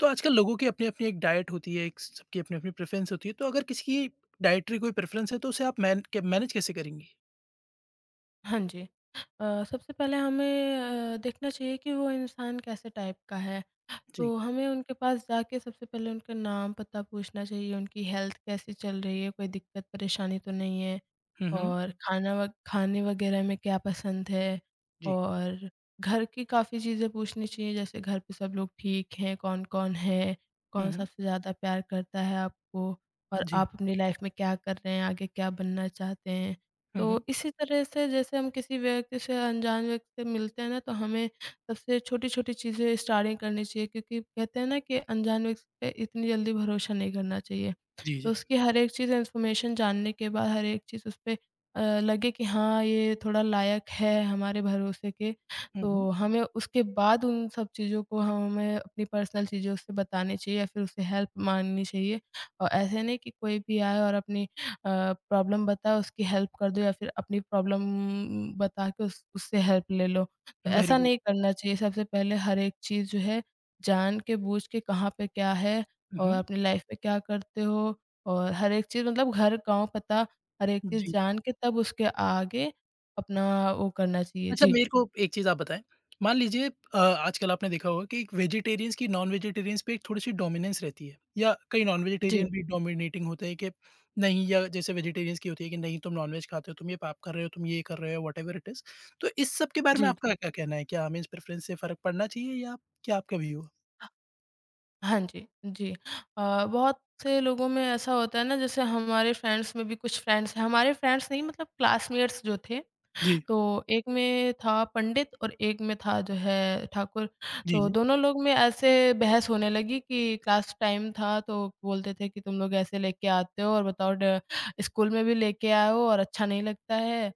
तो आजकल लोगों की अपनी-अपनी एक डाइट होती है, एक सबकी अपनी-अपनी प्रेफ़रेंस होती है, तो अगर किसी की डाइटरी कोई प्रेफ़रेंस है, तो उसे आप मैनेज कैसे करेंगी? हाँ जी। सबसे पहले हमें देखना चाहिए कि वो इंसान कैसे टाइप का है। जी। तो हमें उनके पास जाके सबसे पहले उनका नाम, पता पूछना चाहिए, उनकी हेल्थ कैसी चल रही है, कोई दिक्कत परेशानी तो नहीं है हुँ, हुँ। और हुँ। खाना व खाने वगैरह में क्या पसंद है जी। और घर की काफ़ी चीज़ें पूछनी चाहिए, जैसे घर पे सब लोग ठीक हैं, कौन-कौन है, हुँ, कौन हुँ। सबसे ज़्यादा प्यार करता है आपको और जी। आप अपनी लाइफ़ में क्या कर रहे हैं, आगे क्या बनना चाहते हैं। हुँ, हुँ। तो इसी तरह से जैसे हम किसी व्यक्ति से अनजान व्यक्ति से मिलते हैं ना तो हमें सबसे छोटी-छोटी चीज़ें स्टार्टिंग करनी चाहिए क्योंकि कहते हैं ना कि अनजान व्यक्ति पे इतनी जल्दी भरोसा नहीं करना चाहिए। जी, तो जी। उसकी हर एक चीज़ इन्फॉर्मेशन जानने के बाद हर एक चीज़ उस पे लगे कि हाँ, ये थोड़ा लायक है हमारे भरोसे के, हुँ, हुँ। तो हमें उसके बाद उन सब चीज़ों को हमें अपनी पर्सनल चीज़ें उससे बतानी चाहिए या फिर उससे हेल्प माँगनी चाहिए और ऐसे नहीं कि कोई भी आए और अपनी अ, प्रॉब्लम बताओ उसकी हेल्प कर दो या फिर अपनी प्रॉब्लम बता के उस उससे हेल्प ले लो। तो वेरी ऐसा वेल। नहीं करना चाहिए, सबसे पहले हर एक चीज़ जो है जान के बूझ के कहाँ पे क्या है हुँ, और हुँ। अपनी लाइफ में क्या करते हो और हर एक चीज़ मतलब घर, गाँव, पता हर एक चीज़ जी। जान के तब उसके आगे अपना वो करना चाहिए। अच्छा जी। मेरे को एक चीज़ आप बताएँ, मान लीजिए आजकल आपने देखा होगा कि एक वेजिटेरियंस की नॉन-वेजिटेरियंस पे एक थोड़ी-सी डोमिनेंस रहती है या कई नॉन-वेजिटेरियन जी, भी डोमिनेटिंग होते हैं कि नहीं, या जैसे वेजिटेरियंस की होती है कि नहीं तुम नॉन-वेज खाते हो, तुम ये पाप कर रहे हो, तुम ये कर रहे हो व्हाटएवर इट इज़। तो इस सब के बारे में जी, आपका जी। क्या कहना है? क्या हमें इस प्रेफ़रेंस से फ़र्क पड़ना चाहिए या आप क्या आपका व्यू है? ह हाँ जी, जी। बहुत से लोगों में ऐसा होता है ना जैसे हमारे फ्रेंड्स में भी कुछ फ्रेंड्स हैं, हमारे फ्रेंड्स नहीं मतलब क्लासमेट्स जो थे जी। तो एक में था पंडित और एक में था जो है ठाकुर। जी, तो जी। दोनों लोग में ऐसे बहस होने लगी कि क्लास टाइम था तो बोलते थे कि तुम लोग ऐसे लेके आते हो और बताओ ड स्कूल में भी लेके आए हो और अच्छा नहीं लगता है।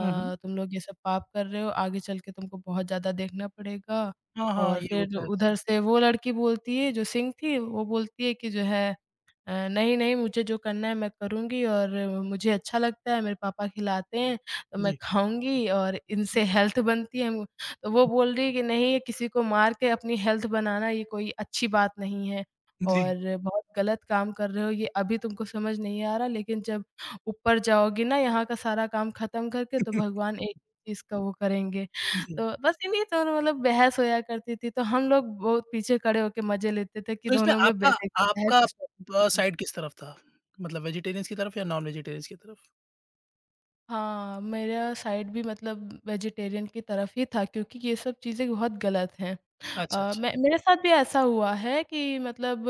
हुँ, हुँ। तुम लोग ये सब पाप कर रहे हो, आगे चल के तुमको बहुत ज़्यादा देखना पड़ेगा। हाँ, हाँ, और ये फिर होता है अक्सर। उधर से वो लड़की बोलती है जो सिंह थी, वो बोलती है कि जो है नहीं, नहीं, मुझे जो करना है मैं करूँगी और मुझे अच्छा लगता है, मेरे पापा खिलाते हैं, तो मैं जी। खाऊँगी और इनसे हेल्थ बनती है। मु तो वो बोल रही है कि नहीं ये किसी को मार के अपनी हेल्थ बनाना ये कोई अच्छी बात नहीं है जी। और बहुत गलत काम कर रहे हो, ये अभी तुमको समझ नहीं आ रहा लेकिन जब ऊपर जाओगी ना यहाँ का सारा काम ख़त्म करके तो भगवान एक चीज़ का वो करेंगे। तो जी। बस इन्हीं दोनों मतलब बहस होया करती थी, तो हम लोग बहुत पीछे खड़े होके मज़े लेते थे कि तो इसमें दोनों में आपका बे देखिए बहस आपका स्टार्ट हुई थी। साइड किस तरफ था? मतलब वेजिटेरियंस की तरफ या नॉन वेजिटेरियंस की तरफ? हाँ, मेरा साइड भी मतलब वेजिटेरियन की तरफ ही था क्योंकि ये सब चीज़ें बहुत गलत हैं। अच्छा, अच्छा। मैं मेरे साथ भी ऐसा हुआ है कि मतलब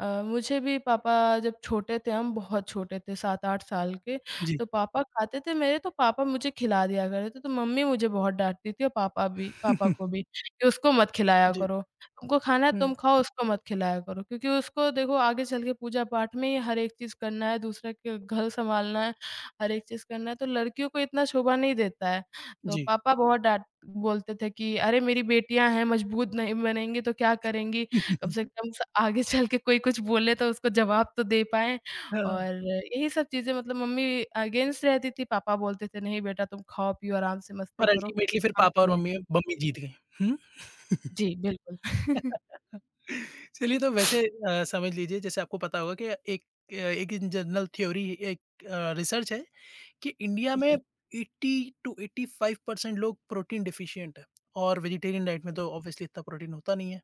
मुझे भी पापा जब छोटे थे हम बहुत छोटे थे 7-8 साल के, जी। तो पापा खाते थे मेरे तो पापा मुझे खिला दिया करते थे, तो मम्मी मुझे बहुत डाँटती थी और पापा भी पापा को भी कि उसको मत खिलाया जी। करो। तुमको खाना है हुँ, तुम खाओ, उसको मत खिलाया करो क्योंकि उसको देखो आगे चल के पूजा-पाठ में ही हर एक चीज़ करना है, दूसरे के घर सँभालना है। हर एक चीज़ करना है, तो लड़कियों को इतना शोभा नहीं देता है। तो जी। पापा बहुत डाँट बोलते थे कि अरे मेरी बेटियाँ हैं, मजबूत नहीं बनेंगी तो क्या करेंगी? कम से कम स आगे चल के कोई कुछ बोले तो उसको जवाब तो दे पाएँ। हाँ, और यही सब चीज़ें मतलब मम्मी अगेंस्ट रहती थी, पापा बोलते थे नहीं बेटा तुम खाओ-पियो आराम से मस्ती पर करो, अल्टीमेटली फिर पापा हमसे और मम्मी नहीं। मम्मी जीत गईं। हुँ? जी, बिल्कुल। चलिए तो वैसे समझ लीजिए जैसे आपको पता होगा कि एक एक इन जनरल थ्योरी एक रिसर्च है कि इंडिया में जी, 80-85% लोग प्रोटीन डिफिशिएंट हैं और वेजिटेरियन डाइट में जी, तो ऑब्वियसली इतना प्रोटीन होता नहीं है।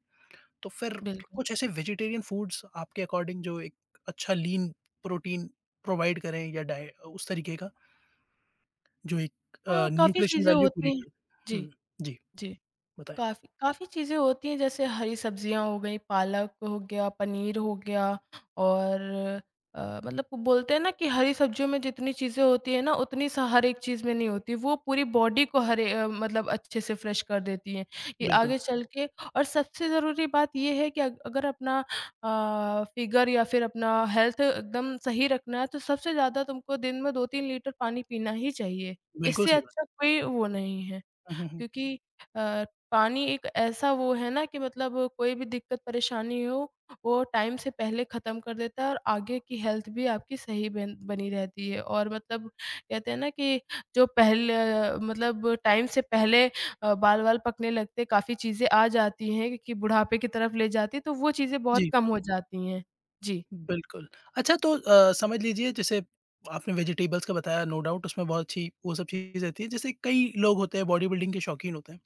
तो फिर बिल्कुल। कुछ ऐसे वेजिटेरियन फूड्स आपके अकॉर्डिंग जो एक अच्छा लीन प्रोटीन प्रोवाइड करें या डाइट उस तरीके का जो एक हाँ, काफ़ी न्यूट्रिशन चीज़ें वैल्यू पूरी होती हैं। करें? हुँ, जी, जी, जी। बताएँ। काफ़ी काफ़ी चीज़ें होती हैं जैसे हरी सब्जियाँ हो गई, पालक हो गया, पनीर हो गया और मतलब वो बोलते हैं ना कि हरी सब्जियों में जितनी चीज़ें होती हैं ना उतनी स हर एक चीज़ में नहीं होती। वो पूरी बॉडी को मतलब अच्छे से फ्रेश कर देती हैं कि बिल्कुल, आगे चल के और सबसे ज़रूरी बात ये है कि अग अगर अपना फिगर या फिर अपना हेल्थ एकदम सही रखना है तो सबसे ज़्यादा तुमको दिन में 2-3 लीटर पानी पीना ही चाहिए। बिल्कुल इससे सही बात। अच्छा कोई वो नहीं है। हुँ, हुँ, हुँ। क्योंकि अ, पानी एक ऐसा वो है ना कि मतलब कोई भी दिक्कत परेशानी हो, वो टाइम से पहले ख़त्म कर देता है और आगे की हेल्थ भी आपकी सही बन बनी रहती है। और मतलब कहते हैं ना कि जो पहले मतलब टाइम से पहले बाल-वाल पकने लगते, काफ़ी चीज़ें आ जाती हैं कि बुढ़ापे की तरफ ले जाती है, तो वो चीज़ें बहुत जी, कम हो जाती हैं। जी, बिल्कुल। अच्छा तो समझ लीजिए जैसे आपने वेजिटेबल्स का बताया नो डाउट उसमें बहुत अच्छी वो सब चीज़ रहती है। जैसे कई लोग होते हैं बॉडी बिल्डिंग के शौकीन होते हैं।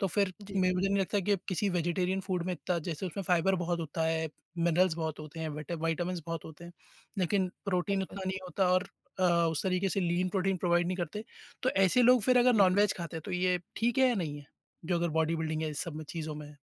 तो फिर जी, मे मुझे नहीं लगता कि अब किसी वेजिटेरियन फूड में इतना, जैसे उसमें फाइबर बहुत होता है, मिनरल्स बहुत होते हैं, विटामिन्स बहुत होते हैं, लेकिन प्रोटीन बिल्कुल। उतना नहीं होता और अ, उस तरीके से लीन प्रोटीन प्रोवाइड नहीं करते। तो ऐसे लोग फिर अगर जी। नॉन-वेज खाते हैं तो ये ठीक है या नहीं है? जो अगर बॉडी बिल्डिंग है इस सब में चीज़ों में है।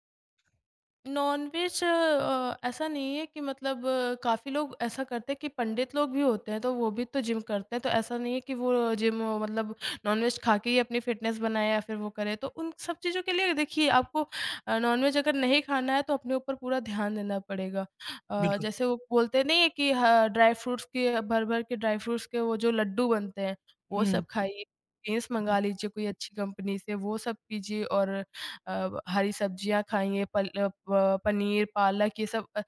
ऐसा नहीं है कि मतलब काफ़ी लोग ऐसा करते हैं कि पंडित लोग भी होते हैं, तो वो भी तो जिम करते हैं, तो ऐसा नहीं है कि वो मतलब नॉनवेज खा के ही अपनी फ़िटनेस बनाए या फिर वो करे। तो उन सब चीज़ों के लिए देखिए आपको नॉनवेज अगर नहीं खाना है तो अपने ऊपर पूरा ध्यान देना पड़ेगा। बिल्कुल। जैसे वो बोलते नहीं है कि ह ड्राई फ्रूट्स के वो जो लड्डू बनते हैं, वो हुँ, सब खाइए। प्रोटीन्स हुँ। मँगा लीजिए कोई अच्छी कंपनी से, वो सब कीजिए और हरी सब्जियाँ खाएँगे, पल अ, प पनीर, पालक ये सब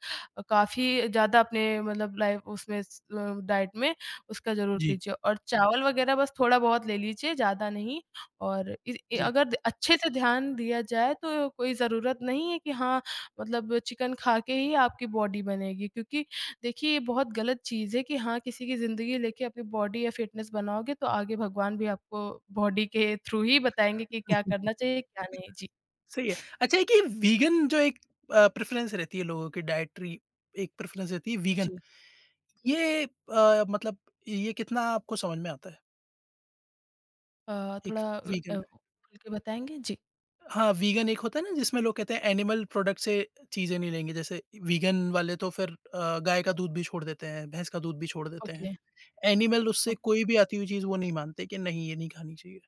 काफ़ी ज़्यादा अपने मतलब लाइफ उसमें स डाइट में उसका ज़रूर जी, कीजिए और चावल वगैरह बस थोड़ा-बहुत ले लीजिए, ज़्यादा नहीं और इस ए जी। अगर अच्छे से ध्यान दिया जाए तो कोई ज़रूरत नहीं है कि हाँ, मतलब चिकन खा के ही आपकी बॉडी बनेगी क्योंकि देखिए ये बहुत गलत चीज़ है कि हाँ, किसी की ज़िंदगी लेके अपनी बॉडी या फिटनेस बनाओगे तो आगे भगवान भी आपको बॉडी के थ्रू ही बताएँगे कि क्या करना चाहिए, क्या नहीं। जी। सही है। अच्छा एक ये वीगन जो एक प्रेफ़रेंस रहती है लोगों की डायटरी, एक प्रेफ़रेंस रहती है वीगन। जी। ये मतलब ये कितना आपको समझ में आता है? एक थोड़ा वीगन खुल के बताएँगे? जी, हाँ, वीगन एक होता है ना जिसमें लोग कहते हैं एनिमल प्रोडक्ट से चीज़ें नहीं लेंगे, जैसे वीगन वाले तो फिर गाय का दूध भी छोड़ देते हैं, भैंस का दूध भी छोड़ देते हैं। ओके, एनिमल उससे ओके। कोई भी आती हुई चीज़ वो नहीं मानते कि नहीं ये नहीं खानी चाहिए,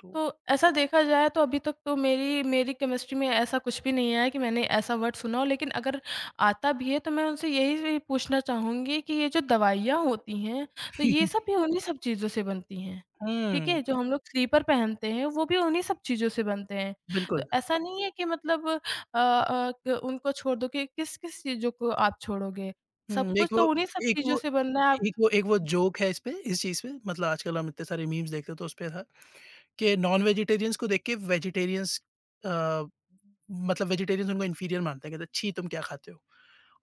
तो तो ऐसा देखा जाए तो अभी तक तो मेरी मेरी केमिस्ट्री में ऐसा कुछ भी नहीं आया कि मैंने ऐसा वर्ड सुना हो लेकिन अगर आता भी है तो मैं उनसे यही भी पूछना चाहूँगी कि ये जो दवाइयाँ होती हैं, तो ये सब भी उन्हीं सब चीज़ों से बनती हैं। ठीक हुँ, है? जो हम लोग स्लीपर पहनते हैं वो भी उन्हीं सब चीज़ों से बनते हैं। तो बिल्कुल। ऐसा नहीं है कि मतलब अ अ, क उनको छोड़ दो कि किस-किस चीज़ों को आप छोड़ोगे? सब हुँ, कुछ तो उन्हीं सब एक चीज़ों वो से बनना है आप। एक वो जी। जोक है इस चीज़ पे, मतलब आजकल हम इतने सारे मीम्स देखते हैं तो उस पे था कि नॉन-वेजिटेरियंस को देख के वेजिटेरियंस अ, मतलब वेजिटेरियंस उनको इंफीरियर मानते हैं, कहते हैं छी तुम क्या खाते हो?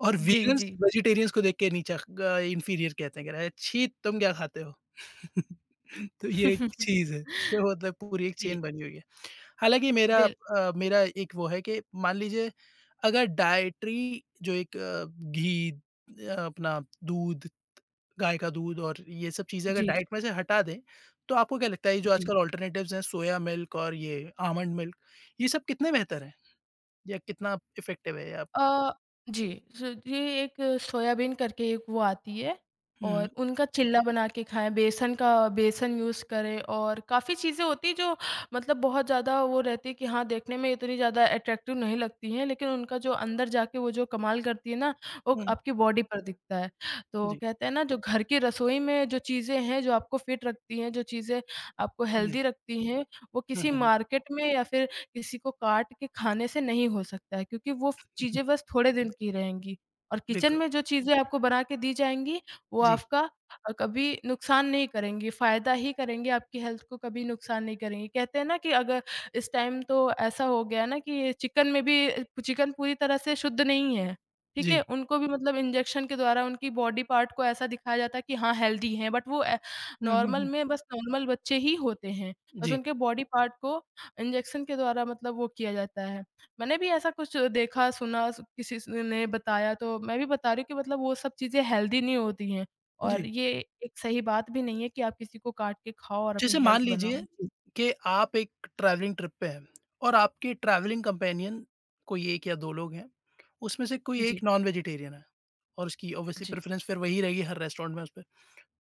और जी, वीगन्स जी। वेजिटेरियंस को देख के नीचा इंफीरियर कहते हैं, कह रहा है, "छी! तुम क्या खाते हो?" तो ये एक चीज़ है, तो मतलब पूरी एक जी, चेन बनी हुई है। हालाँकि मेरा बिल अ, मेरा एक वो है कि मान लीजिए अगर डायट्री जो एक घी अपना दूध, गाय का दूध और ये सब चीज़ें अगर जी, जी। डाइट में से हटा दें, तो आपको क्या लगता है ये जो जी। आजकल अल्टरनेटिव्स हैं सोया मिल्क और ये आमंड मिल्क, ये सब कितने बेहतर हैं? या कितना इफ़ेक्टिव है या अ, जी, स ये एक सोयाबीन करके एक वो आती है और हुँ, उनका चिल्ला बना के खाएँ, बेसन यूज़ करें और काफ़ी चीज़ें होती हैं जो मतलब बहुत ज़्यादा वो रहती है कि हाँ, देखने में इतनी ज़्यादा अट्रैक्टिव नहीं लगती हैं, लेकिन उनका जो अंदर जाके वो जो कमाल करती है ना, वो हुँ, हुँ। आपकी बॉडी पर दिखता है। तो जी, कहते हैं ना जो घर की रसोई में जो चीज़ें हैं, जो आपको फिट रखती हैं, जो चीज़ें आपको जी। हेल्दी रखती हैं, वो हुँ, किसी हुँ, हुँ। मार्केट में या फिर किसी को काट के खाने से नहीं हो सकता है क्योंकि वो फ चीज़ें बस थोड़े दिन की रहेंगी और किचन बिल्कुल। में जो चीज़ें आपको बना के दी जाएँगी, वो जी, आपका कभी नुकसान नहीं करेंगी, फ़ायदा ही करेंगी, आपकी हेल्थ को कभी नुकसान नहीं करेंगी। कहते हैं ना कि अगर इस टाइम तो ऐसा हो गया है ना कि चिकन में भी अ, चिकन पूरी तरह से शुद्ध नहीं है, ठीक है? जी। उनको भी मतलब इंजेक्शन के द्वारा उनकी बॉडी पार्ट को ऐसा दिखाया जाता है कि हाँ, हेल्दी हैं बट वो ए हुँ, हुँ, नॉर्मल हुँ। में बस नॉर्मल बच्चे ही होते हैं। बस जी, उनके बॉडी पार्ट को इंजेक्शन के द्वारा मतलब वो किया जाता है। मैंने भी ऐसा कुछ देखा, सुना स किसी स ने बताया तो मैं भी बता रही हूँ कि मतलब वो सब चीज़ें हेल्दी नहीं होती हैं जी। और ये एक सही बात भी नहीं है कि आप किसी को काट के खाओ और अपनी जैसे मान हेल्थ लीजिए बनाओ। जी। कि आप एक ट्रैवलिंग ट्रिप पे हैं और आपके ट्रैवलिंग कंपेनियन कोई 1 या 2 लोग हैं, उसमें से कोई जी, एक नॉन-वेजिटेरियन है और उसकी ऑब्वियसली जी, प्रेफ़रेंस फिर वही रहेगी हर रेस्टोरेंट में उस पे।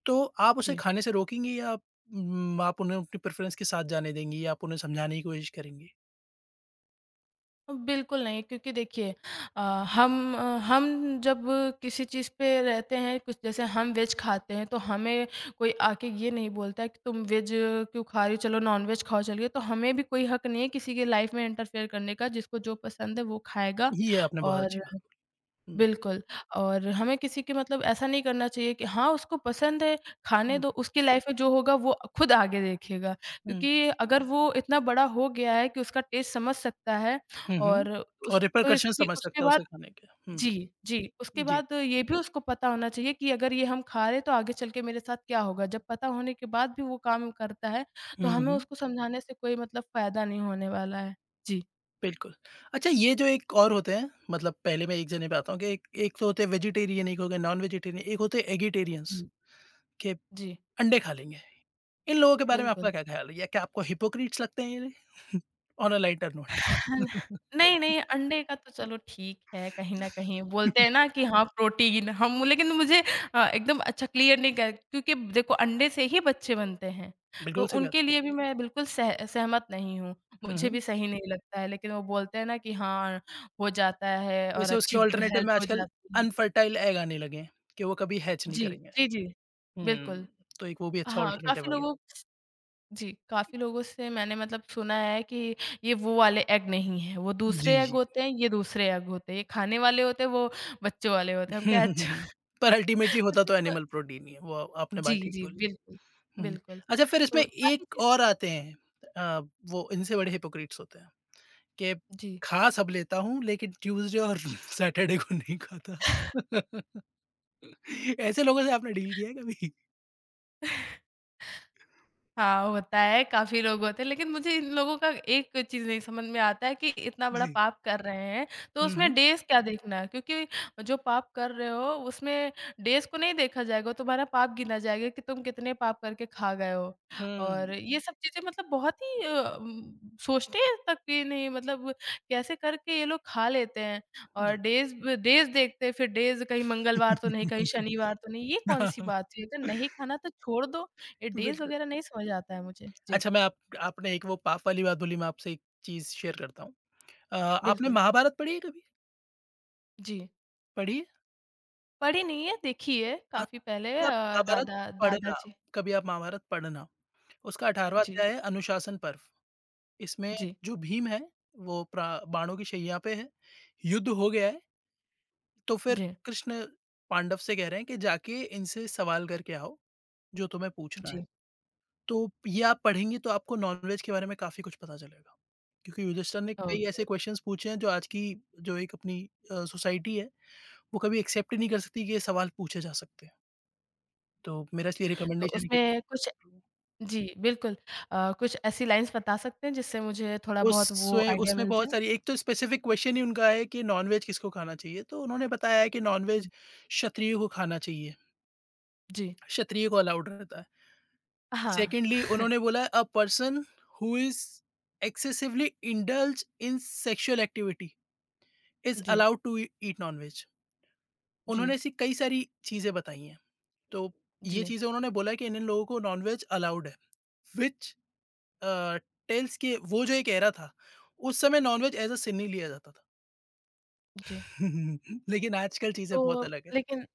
तो आप उसे जी। खाने से रोकेंगी या आप उन्हें अपनी प्रेफ़रेंस के साथ जाने देंगी या आप उन्हें समझाने की कोशिश करेंगी? बिल्कुल नहीं, क्योंकि देखिए अ, हम अ, हम जब किसी चीज़ पे रहते हैं कुछ जैसे हम वेज खाते हैं तो हमें कोई आके ये नहीं बोलता है कि तुम वेज क्यों खा रही हो? चलो नॉन-वेज खाओ चलिए। तो हमें भी कोई हक नहीं है किसी की लाइफ़ में इंटरफेयर करने का, जिसको जो पसंद है वो खाएगा। ये आपने बहुत अच्छी और बात हुँ, बिल्कुल, और हमें किसी के मतलब ऐसा नहीं करना चाहिए कि हाँ, उसको पसंद है, खाने हुँ, दो, उसकी लाइफ़ में जो होगा वो खुद आगे देखेगा। हुँ, क्योंकि अगर वो इतना बड़ा हो गया है कि उसका टेस्ट समझ सकता है हुँ, हुँ। और उस और तो रिपरकशन इसकी समझ उसके सकता है बाद उसे खाने के। हुँ, जी, जी, उसके जी। बाद ये भी उसको पता होना चाहिए कि अगर ये हम खा रहे हैं तो आगे चल के मेरे साथ क्या होगा? जब पता होने के बाद भी वो काम करता है, तो हुँ, हमें हुँ। उसको समझाने से कोई मतलब फ़ायदा नहीं होने वाला है। जी, बिल्कुल। अच्छा ये जो एक और होते हैं मतलब पहले मैं एक जने पे आता हूँ कि एक एक तो होते हैं वेजिटेरियन, एक हो गए नॉन-वेजिटेरियन, एक होते हैं एगिटेरियंस जी, के जी, अंडे खा लेंगे। इन लोगों के बारे में आपका बिल्कुल। क्या ख़्याल है? या क्या आपको हिपोक्रीट्स लगते हैं ये? On a lighter note. हन- नहीं, नहीं, अंडे का तो चलो ठीक है, कहीं न कहीं बोलते हैं ना कि हाँ, प्रोटीन हम लेकिन मुझे एकदम अच्छा क्लियर नहीं कर क्योंकि देखो अंडे से ही बच्चे बनते हैं, तो बिल्कुल सही बात उनके है। लिए भी मैं बिल्कुल सह सहमत नहीं हूँ। हुँ, मुझे हुँ। भी सही नहीं लगता है, लेकिन वो बोलते हैं ना कि हाँ, हो जाता है और वैसे उसके अच्छी अल्टरनेटिव हेल्थ में हो आजकल जाती है। अनफर्टाइल एग आने लगे हैं कि वो कभी हैच नहीं जी, करेंगे। जी, जी, हुँ, बिल्कुल। तो एक वो भी अच्छा हाँ, अल्टरनेटिव आ गया। काफ़ी लोगों से मैंने मतलब सुना है कि ये वो वाले एग नहीं है, वो जी, दूसरे एग जी। होते हैं, ये दूसरे एग होते हैं, ये खाने वाले होते हैं, वो बच्चों वाले होते हैं। हम हुँ, कहे हुँ, हुँ, अच्छा। हुँ। पर अल्टीमेटली होता तो मतलब, एनिमल प्रोटीन ही है। वो आपने बात जी, ठीक जी, बोली। बिल्कुल, हुँ। बिल्कुल। अच्छा फिर इसमें तो काफ़ी एक चीज़ और आते हैं, अ, वो इनसे बड़े हिपोक्रीट्स होते हैं कि जी। खा सब लेता हूँ लेकिन ट्यूसडे और सैटरडे को नहीं खाता। ऐसे लोगों से आपने डील किया है कभी? हाँ, होता है, काफ़ी लोग होते हैं, लेकिन मुझे इन लोगों का एक चीज़ नहीं समझ में आता है कि इतना बड़ा जी। पाप कर रहे हैं, तो हुँ, उसमें हुँ। डेज़ क्या देखना? है, क्योंकि जो पाप कर रहे हो, उसमें डेज़ को नहीं देखा जाएगा, तुम्हारा पाप गिना जाएगा कि तुम कितने पाप करके खा गए हो। और हुँ, ये सब चीज़ें मतलब बहुत ही सोचते हैं तक कि नहीं, मतलब कैसे करके ये लोग खा लेते हैं और जी। डेज़ ब डेज़ देखते हैं, फिर डेज़ कहीं मंगलवार तो नहीं, कहीं शनिवार तो नहीं, ये हाँ, कौन-सी हाँ। बात हुई? अगर नहीं खाना तो छोड़ दो। ये डेज़ बिल्कुल। वगैरह नहीं समझ आता है मुझे। जी, अच्छा मैं आप आपने एक वो पाप वाली बात बोली, मैं आपसे एक चीज़ शेयर करता हूँ। आपने बिल्कुल। महाभारत पढ़ी है कभी? जी, पढ़ी है? पढ़ी नहीं है, देखी है काफ़ी पहले आप महाभारत दादा पढ़ना, दादाजी कभी आप महाभारत पढ़ना, उसका 18वाँ जी, अध्याय है अनुशासन पर्व। इसमें जी, जो भीम है, वो प्रा बाणों की शैया पे है, युद्ध हो गया है, तो फिर जी, कृष्ण पांडव से कह रहे हैं कि जाके इनसे सवाल करके आओ, जो तुम्हें पूछना है। जी, तो ये आप पढ़ेंगे तो आपको नॉनवेज के बारे में काफ़ी कुछ पता चलेगा, क्योंकि युधिष्ठिर ने कई ओके। ऐसे क्वेश्चन्स पूछे हैं जो आज की जो एक अपनी सोसाइटी है, वो कभी एक्सेप्ट ही नहीं कर सकती कि ये सवाल पूछे जा सकते हैं। तो मेरा इसलिए तो रिकमेंडेशन है कि उसमें कुछ जी, बिल्कुल। कुछ ऐसी लाइन्स बता सकते हैं जिससे मुझे थोड़ा बहुत वो उसमें आइडिया उसमें मिल बहुत जाए? सारी, एक तो स्पेसिफिक क्वेश्चन ही उनका है कि नॉनवेज किसको खाना चाहिए, तो उन्होंने बताया है कि नॉनवेज जी, क्षत्रिय को खाना चाहिए, जी। क्षत्रिय को अलाउड रहता है। हाँ, सेकंडली उन्होंने बोला a person who is excessively indulge in sexual activity is जी, अलाउड टू ईट नॉनवेज। उन्होंने जी, ऐसी कई सारी चीज़ें बताई हैं, तो ये जी, चीज़ें उन्होंने बोला है कि इन-इन लोगों को नॉनवेज अलाउड है, व्हिच अ, टेल्स कि वो जो ये कह रहा था, उस समय नॉनवेज एज़ अ सिन ही लिया जाता था। जी। लेकिन आजकल चीज़ें बहुत तो अलग है। लेकिन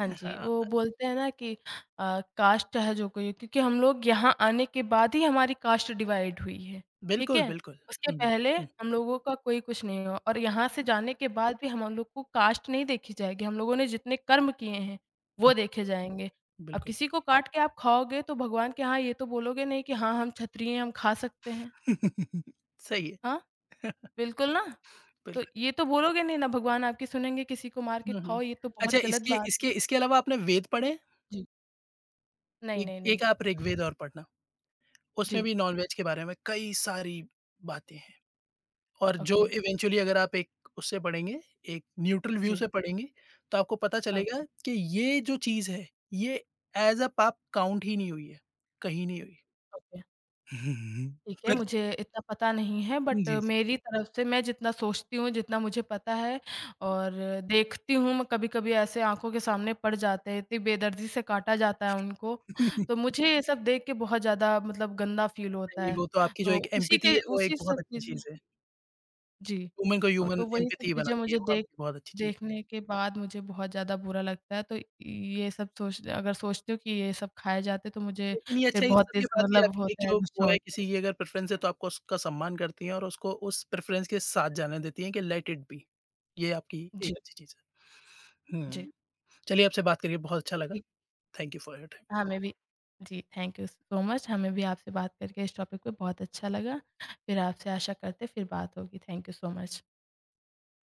हाँ जी, हाँ, वो बोलते हैं ना कि कास्ट चाहे जो कोई हो, क्योंकि हम लोग यहाँ आने के बाद ही हमारी कास्ट डिवाइड हुई है, ठीक बिल्कुल, है? बिल्कुल। उसके हुँ, हुँ, पहले हुँ, हम लोगों का कोई कुछ नहीं हुआ और यहाँ से जाने के बाद भी हम लोग को कास्ट नहीं देखी जाएगी, हम लोगों ने जितने कर्म किए हैं, वो देखे जाएँगे। अब बिल्कुल। किसी को काट के आप खाओगे तो भगवान के यहाँ ये तो बोलोगे नहीं कि हाँ, हम क्षत्रिय हैं, हम खा सकते हैं। सही है, हाँ, बिल्कुल ना। तो बिल्कुल। ये तो बोलोगे नहीं ना, भगवान आपकी सुनेंगे किसी को मार के हुँ, हुँ। खाओ, ये तो अच्छा बहुत गलत इसके बात है। इसके इसके अलावा आपने वेद पढ़े हैं? जी। नहीं, एक नहीं, नहीं। एक आप ऋग्वेद और पढ़ना, उसमें जी, भी नॉन-वेज के बारे में कई सारी बातें हैं और जो ओके, इवेंचुअली अगर आप उससे पढ़ेंगे, एक न्यूट्रल व्यू जी, से पढ़ेंगे, तो आपको पता चलेगा ओके, कि ये जो चीज़ है, ये एज़ अ पाप काउंट ही नहीं हुई है, कहीं नहीं हुई। ओके। ठीक है, पर मुझे इतना पता नहीं है बट जी, मेरी तरफ से मैं जितना सोचती हूँ, जितना मुझे पता है और देखती हूँ, मैं कभी-कभी ऐसे आँखों के सामने पड़ जाते हैं, इतनी बेदर्दी से काटा जाता है उनको, जी। तो मुझे ये सब देख के बहुत ज़्यादा मतलब गंदा फ़ील नहीं, होता नहीं, है। वो तो आपकी जो तो एक उसी एम्पैथी के है वो एक उसी बहुत सब अच्छी चीज़ चीज़ है। जी। ह्यूमन को ह्यूमन तो वही सब एम्पैथी चीज़ें बनाती है, मुझे वो देख आपकी बहुत अच्छी चीज़ देखने के बाद मुझे बहुत ज़्यादा बुरा लगता है, तो ये सब सोच अगर सोचती हूँ कि ये सब खाए जाते तो मुझे है। लेकिन ये फिर अच्छा, इस बहुत सब के तेज़ बाद भी मतलब आपकी एक होता है, जो गुस्सा वो है, होता है। किसी की अगर प्रेफ़रेंस है तो आपको उसका सम्मान करती हैं और उसको उस प्रेफ़रेंस के साथ जाने देती हैं कि लेट इट बी। ये आपकी जी, एक अच्छी चीज़ है। जी। हुँ, चलिए आपसे बात करके बहुत अच्छा लगा। जी, thank you for your time. हमें भी जी, थैंक यू सो मच। हमें भी आपसे बात करके इस टॉपिक पे बहुत अच्छा लगा। फिर आपसे आशा करते हैं फिर बात होगी। Thank you so much.